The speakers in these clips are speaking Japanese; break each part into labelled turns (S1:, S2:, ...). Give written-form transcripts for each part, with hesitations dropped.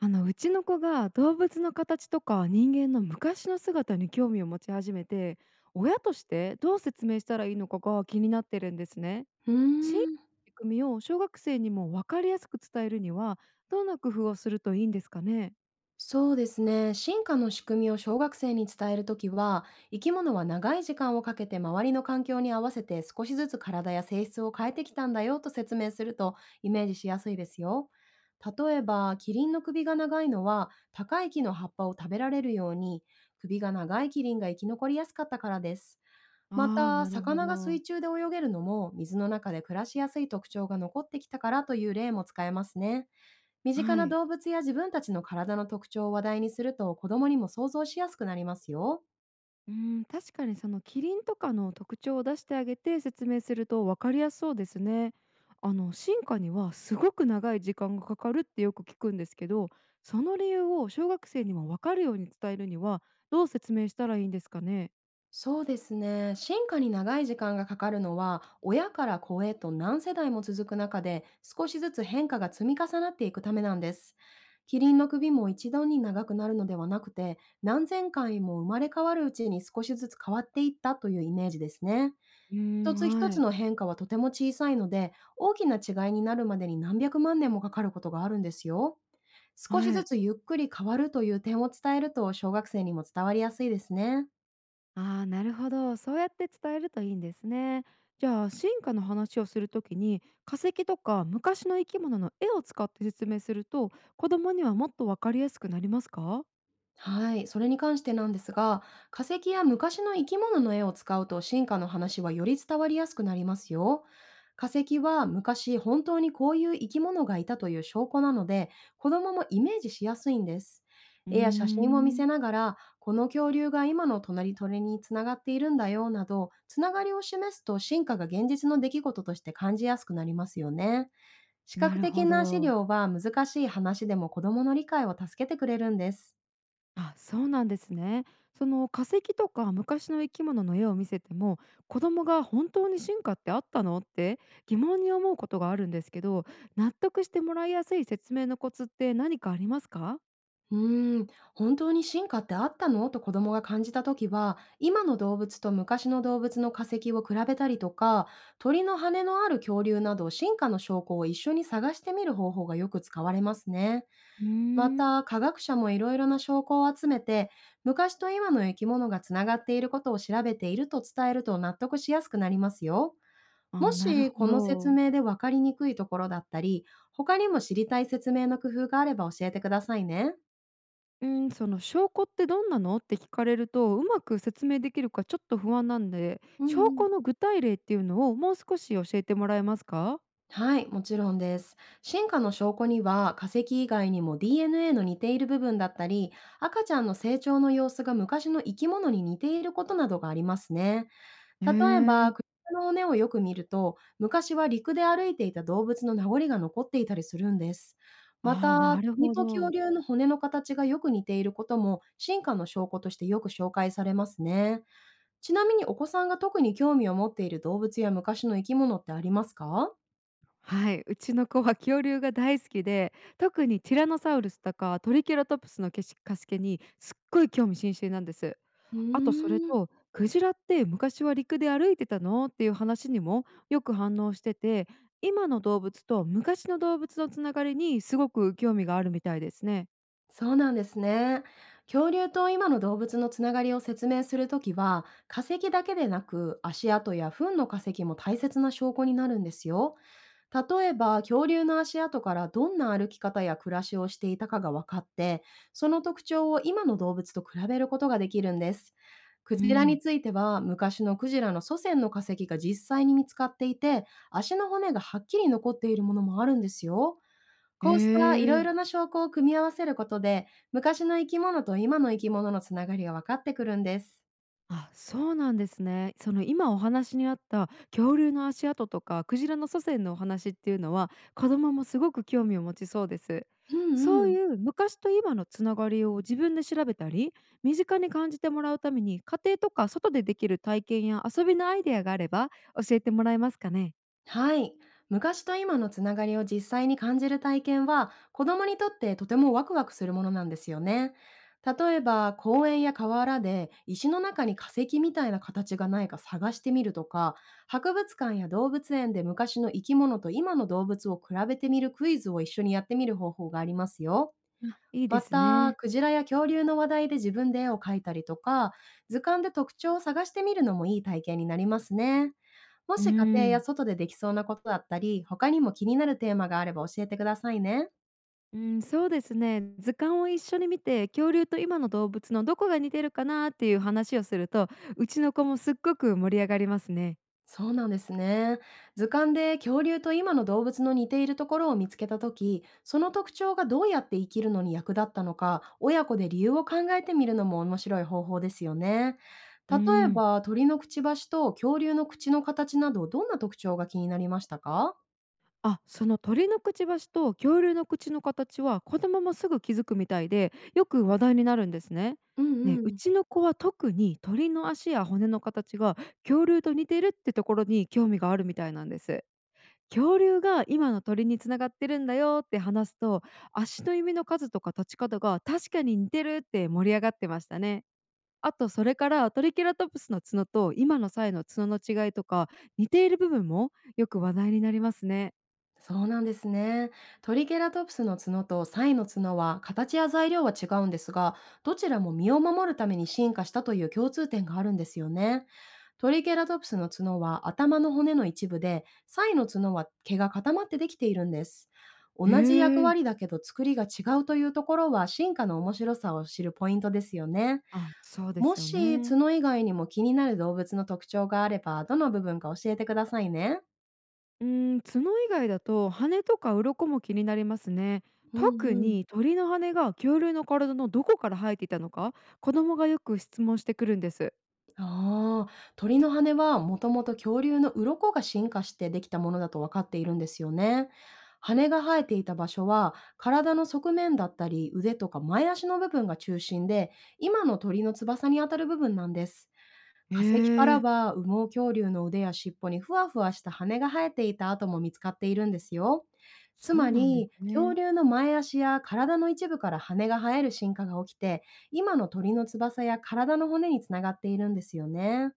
S1: うちの子が動物の形とか人間の昔の姿に興味を持ち始めて、親としてどう説明したらいいのかが気になってるんですね。
S2: うー
S1: 進しい
S2: ん、
S1: 仕組みを小学生にも分かりやすく伝えるには、どんな工夫をするといいんですかね。
S2: そうですね。進化の仕組みを小学生に伝えるときは、生き物は長い時間をかけて周りの環境に合わせて少しずつ体や性質を変えてきたんだよと説明するとイメージしやすいですよ。例えば、キリンの首が長いのは高い木の葉っぱを食べられるように、首が長いキリンが生き残りやすかったからです。ま
S1: ああ、ー
S2: た、
S1: なるほ
S2: 魚が
S1: ど。
S2: 水中で泳げるのも水の中で暮らしやすい特徴が残ってきたからという例も使えますね。身近
S1: は
S2: な
S1: い。
S2: 動物や自分たちの体の特徴を話題にすると子供にも想像しやすくなりますよ。
S1: うん、確かにそのキリンとかの特徴を出してあげて説明すると分かりやすそうですね。あの、進化にはすごく長い時間がかかるってよく聞くんですけど、その理由を小学生にも分かるように伝えるには、どう説明したらいいんですかね。
S2: そうですね。進化に長い時間がかかるのは、親から子へと何世代も続く中で、少しずつ変化が積み重なっていくためなんです。キリンの首も一度に長くなるのではなくて、何千回も生まれ変わるうちに少しずつ変わっていったというイメージですね。
S1: うー
S2: 一つ一
S1: ん、は
S2: つ
S1: い。
S2: の変化はとても小さいので、大きな違いになるまでに何百万年もかかることがあるんですよ。少し
S1: は
S2: ず
S1: い。
S2: つゆっくり変わるという点を伝えると小学生にも伝わりやすいですね。
S1: ああ、なるほど。そうやって伝えるといいんですね。じゃあ進化の話をするときに化石とか昔の生き物の絵を使って説明すると、子供にはもっと分かりやすくなりますか。
S2: はい、それに関してなんですが、化石や昔の生き物の絵を使うと進化の話はより伝わりやすくなりますよ。化石は昔本当にこういう生き物がいたという証拠なので、子供もイメージしやすいんです。
S1: うー
S2: 絵や写真を見
S1: ん、
S2: せながら、この恐竜が今の隣鳥につながっているんだよなど、つながりを示すと進化が現実の出来事として感じやすくなりますよね。視
S1: な
S2: 覚
S1: る
S2: 的
S1: ほ
S2: な資
S1: ど。
S2: 料は難しい話でも子供の理解を助けてくれるんです。
S1: あ、そうなんですね。その化石とか昔の生き物の絵を見せても、子供が本当に進化ってあったのって疑問に思うことがあるんですけど、納得してもらいやすい説明のコツって何かありますか？
S2: うーん、本当に進化ってあったのと子供が感じた時は、今の動物と昔の動物の化石を比べたりとか、鳥の羽のある恐竜など進化の証拠を一緒に探してみる方法がよく使われますね。
S1: うー
S2: ま
S1: ん、
S2: た、科学者もいろいろな証拠を集めて、昔と今の生き物がつながっていることを調べていると伝えると納得しやすくなりますよ。も
S1: あ、なる
S2: し、
S1: ほ
S2: この説
S1: ど。
S2: 明で分かりにくいところだったり、他にも知りたい説明の工夫があれば教えてくださいね。
S1: うん、その証拠ってどんなのって聞かれると、うまく説明できるかちょっと不安なんで、
S2: うんう
S1: 証
S2: ん。
S1: 拠の具体例っていうのをもう少し教えてもらえますか？
S2: はい、もちろんです。進化の証拠には化石以外にも DNA の似ている部分だったり、赤ちゃんの成長の様子が昔の生き物に似ていることなどがありますね。
S1: へ
S2: 例えば、
S1: え。
S2: 首の骨をよく見ると、昔は陸で歩いていた動物の名残が残っていたりするんです。ま
S1: ああ、
S2: た、
S1: なる
S2: 鳥
S1: ほ
S2: と恐
S1: ど。
S2: 竜の骨の形がよく似ていることも進化の証拠としてよく紹介されますね。ちなみにお子さんが特に興味を持っている動物や昔の生き物ってありますか？
S1: はい、うちの子は恐竜が大好きで、特にティラノサウルスとかトリケラトプスのけしカスケにすっごい興味津々なんです。
S2: う
S1: あとそれ
S2: ーん、
S1: と「クジラって昔は陸で歩いてたの？」っていう話にもよく反応してて、今の動物と昔の動物のつながりにすごく興味があるみたいですね。
S2: そうなんですね。恐竜と今の動物のつながりを説明するときは、化石だけでなく足跡や糞の化石も大切な証拠になるんですよ。例えば、恐竜の足跡からどんな歩き方や暮らしをしていたかが分かって、その特徴を今の動物と比べることができるんです。ク
S1: う
S2: ジラ
S1: ん。
S2: については、昔のクジラの祖先の化石が実際に見つかっていて、足の骨がはっきり残っているものもあるんですよ。
S1: へ
S2: こうしたいろい
S1: え。
S2: ろな証拠を組み合わせることで、昔の生き物と今の生き物のつながりが分かってくるんです。
S1: あ、そうなんですね。その今お話にあった恐竜の足跡とかクジラの祖先のお話っていうのは子供もすごく興味を持ちそうです。
S2: うん
S1: そ
S2: う
S1: う
S2: ん。
S1: いう昔と今のつながりを自分で調べたり、身近に感じてもらうために家庭とか外でできる体験や遊びのアイデアがあれば教えてもらえますかね。
S2: はい。昔と今のつながりを実際に感じる体験は、子供にとってとてもワクワクするものなんですよね。例えば、公園や河原で石の中に化石みたいな形がないか探してみるとか、博物館や動物園で昔の生き物と今の動物を比べてみるクイズを一緒にやってみる方法がありますよ。
S1: あ、いいで
S2: ま
S1: す
S2: た、
S1: ね。
S2: クジラや恐竜の話題で自分で絵を描いたりとか、図鑑で特徴を探してみるのもいい体験になりますね。も
S1: う
S2: し家庭や
S1: ん
S2: 外でできそうなことだったり、他にも気になるテーマがあれば教えてくださいね。
S1: うん、そうですね。図鑑を一緒に見て、恐竜と今の動物のどこが似てるかなっていう話をすると、うちの子もすっごく盛り上がりますね。
S2: そうなんですね。図鑑で恐竜と今の動物の似ているところを見つけたとき、その特徴がどうやって生きるのに役立ったのか、親子で理由を考えてみるのも面白い方法ですよね。
S1: う
S2: 例え
S1: ん。
S2: ば、鳥のくちばしと恐竜の口の形など、どんな特徴が気になりましたか？
S1: あ、その鳥のくちばしと恐竜の口の形は子供もすぐ気づくみたいで、よく話題になるんですね。
S2: うん
S1: ね、
S2: う
S1: う
S2: ん。
S1: ちの子は特に鳥の足や骨の形が恐竜と似てるってところに興味があるみたいなんです。恐竜が今の鳥につながってるんだよって話すと、足の指の数とか立ち方が確かに似てるって盛り上がってましたね。あとそれからトリケラトプスの角と今の際の角の違いとか、似ている部分もよく話題になりますね。
S2: そうなんですね。トリケラトプスの角とサイの角は形や材料は違うんですが、どちらも身を守るために進化したという共通点があるんですよね。トリケラトプスの角は頭の骨の一部で、サイの角は毛が固まってできているんです。
S1: へ
S2: 同じ役
S1: え。
S2: 割だけど作りが違うというところは進化の面白さを知るポイントですよね。
S1: あ、そうで
S2: も
S1: すよ
S2: し
S1: ね。
S2: 角以外にも気になる動物の特徴があれば、どの部分か教えてくださいね。
S1: うーん、角以外だと羽とか鱗も気になりますね。
S2: うん
S1: 特
S2: うん。
S1: に鳥の羽が恐竜の体のどこから生えていたのか、子供がよく質問してくるんです。
S2: ああ、鳥の羽はもともと恐竜の鱗が進化してできたものだと分かっているんですよね。羽が生えていた場所は体の側面だったり腕とか前足の部分が中心で今の鳥の翼にあたる部分なんです。
S1: へ
S2: 化石から
S1: え。
S2: は羽毛恐竜の腕や尻尾にふわふわした羽が生えていた跡も見つかっているんですよ。つ
S1: そう
S2: ま
S1: なんで
S2: り
S1: す
S2: 恐
S1: ね。
S2: 竜の前足や体の一部から羽が生える進化が起きて今の鳥の翼や体の骨につながっているんですよね。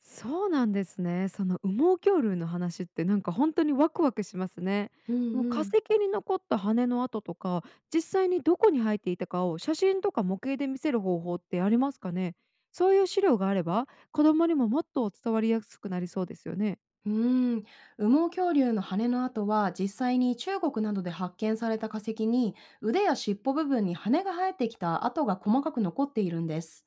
S1: そうなんですね。その羽毛恐竜の話ってなんか本当にワクワクしますね。
S2: うん
S1: その
S2: う
S1: 化石
S2: ん。
S1: に残った羽の跡とか、実際にどこに生えていたかを写真とか模型で見せる方法ってありますかね？そういう資料があれば、子供にももっと伝わりやすくなりそうですよね。
S2: うーん、羽毛恐竜の羽の跡は実際に中国などで発見された化石に腕や尻尾部分に羽が生えてきた跡が細かく残っているんです。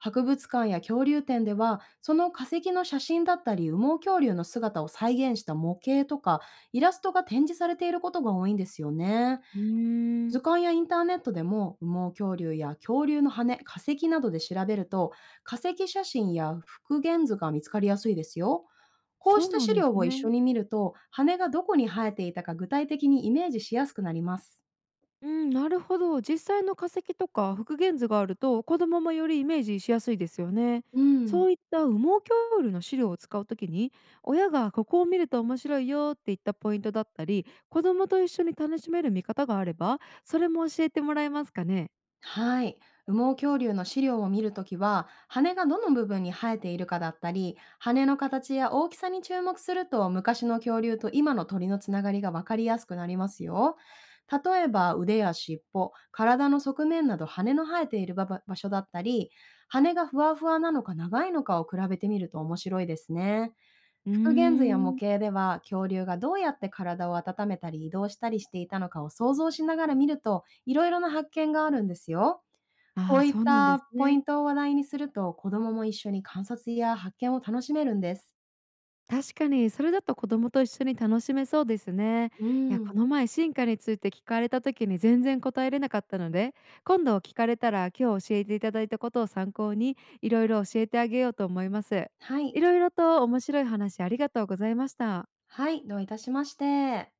S2: 博物館や恐竜展ではその化石の写真だったり羽毛恐竜の姿を再現した模型とかイラストが展示されていることが多いんですよね。
S1: うーん、
S2: 図鑑やインターネットでも羽毛恐竜や恐竜の羽、化石などで調べると化石写真や復元図が見つかりやすいですよ。こうし
S1: そう
S2: た
S1: なん
S2: 資
S1: で
S2: 料
S1: す
S2: を一緒
S1: ね。
S2: に見ると羽がどこに生えていたか具体的にイメージしやすくなります。
S1: うん、なるほど。実際の化石とか復元図があると子供もよりイメージしやすいですよね。
S2: う
S1: そ
S2: ん。
S1: ういった羽毛恐竜の資料を使うときに、親がここを見ると面白いよって言ったポイントだったり、子供と一緒に楽しめる見方があればそれも教えてもらえますかね。
S2: はい。羽毛恐竜の資料を見るときは、羽がどの部分に生えているかだったり、羽の形や大きさに注目すると、昔の恐竜と今の鳥のつながりがわかりやすくなりますよ。例えば、腕や尻尾、体の側面など羽の生えている場場所だったり、羽がふわふわなのか長いのかを比べてみると面白いですね。
S1: うー
S2: 復元図や模
S1: ん。
S2: 型では恐竜がどうやって体を温めたり移動したりしていたのかを想像しながら見るといろいろな発見があるんですよ。こ
S1: ああ、
S2: ういっ
S1: そうなんで
S2: た
S1: す
S2: ポイ
S1: ね。
S2: ントを話題にすると、子供も一緒に観察や発見を楽しめるんです。
S1: 確かに、それだと子供と一緒に楽しめそうですね。
S2: う
S1: いや、
S2: ん。
S1: この前進化について聞かれた時に全然答えれなかったので、今度聞かれたら今日教えていただいたことを参考にいろいろ教えてあげようと思います。
S2: はい。
S1: いろいろと面白い話ありがとうございました。
S2: はい、どういたしまして。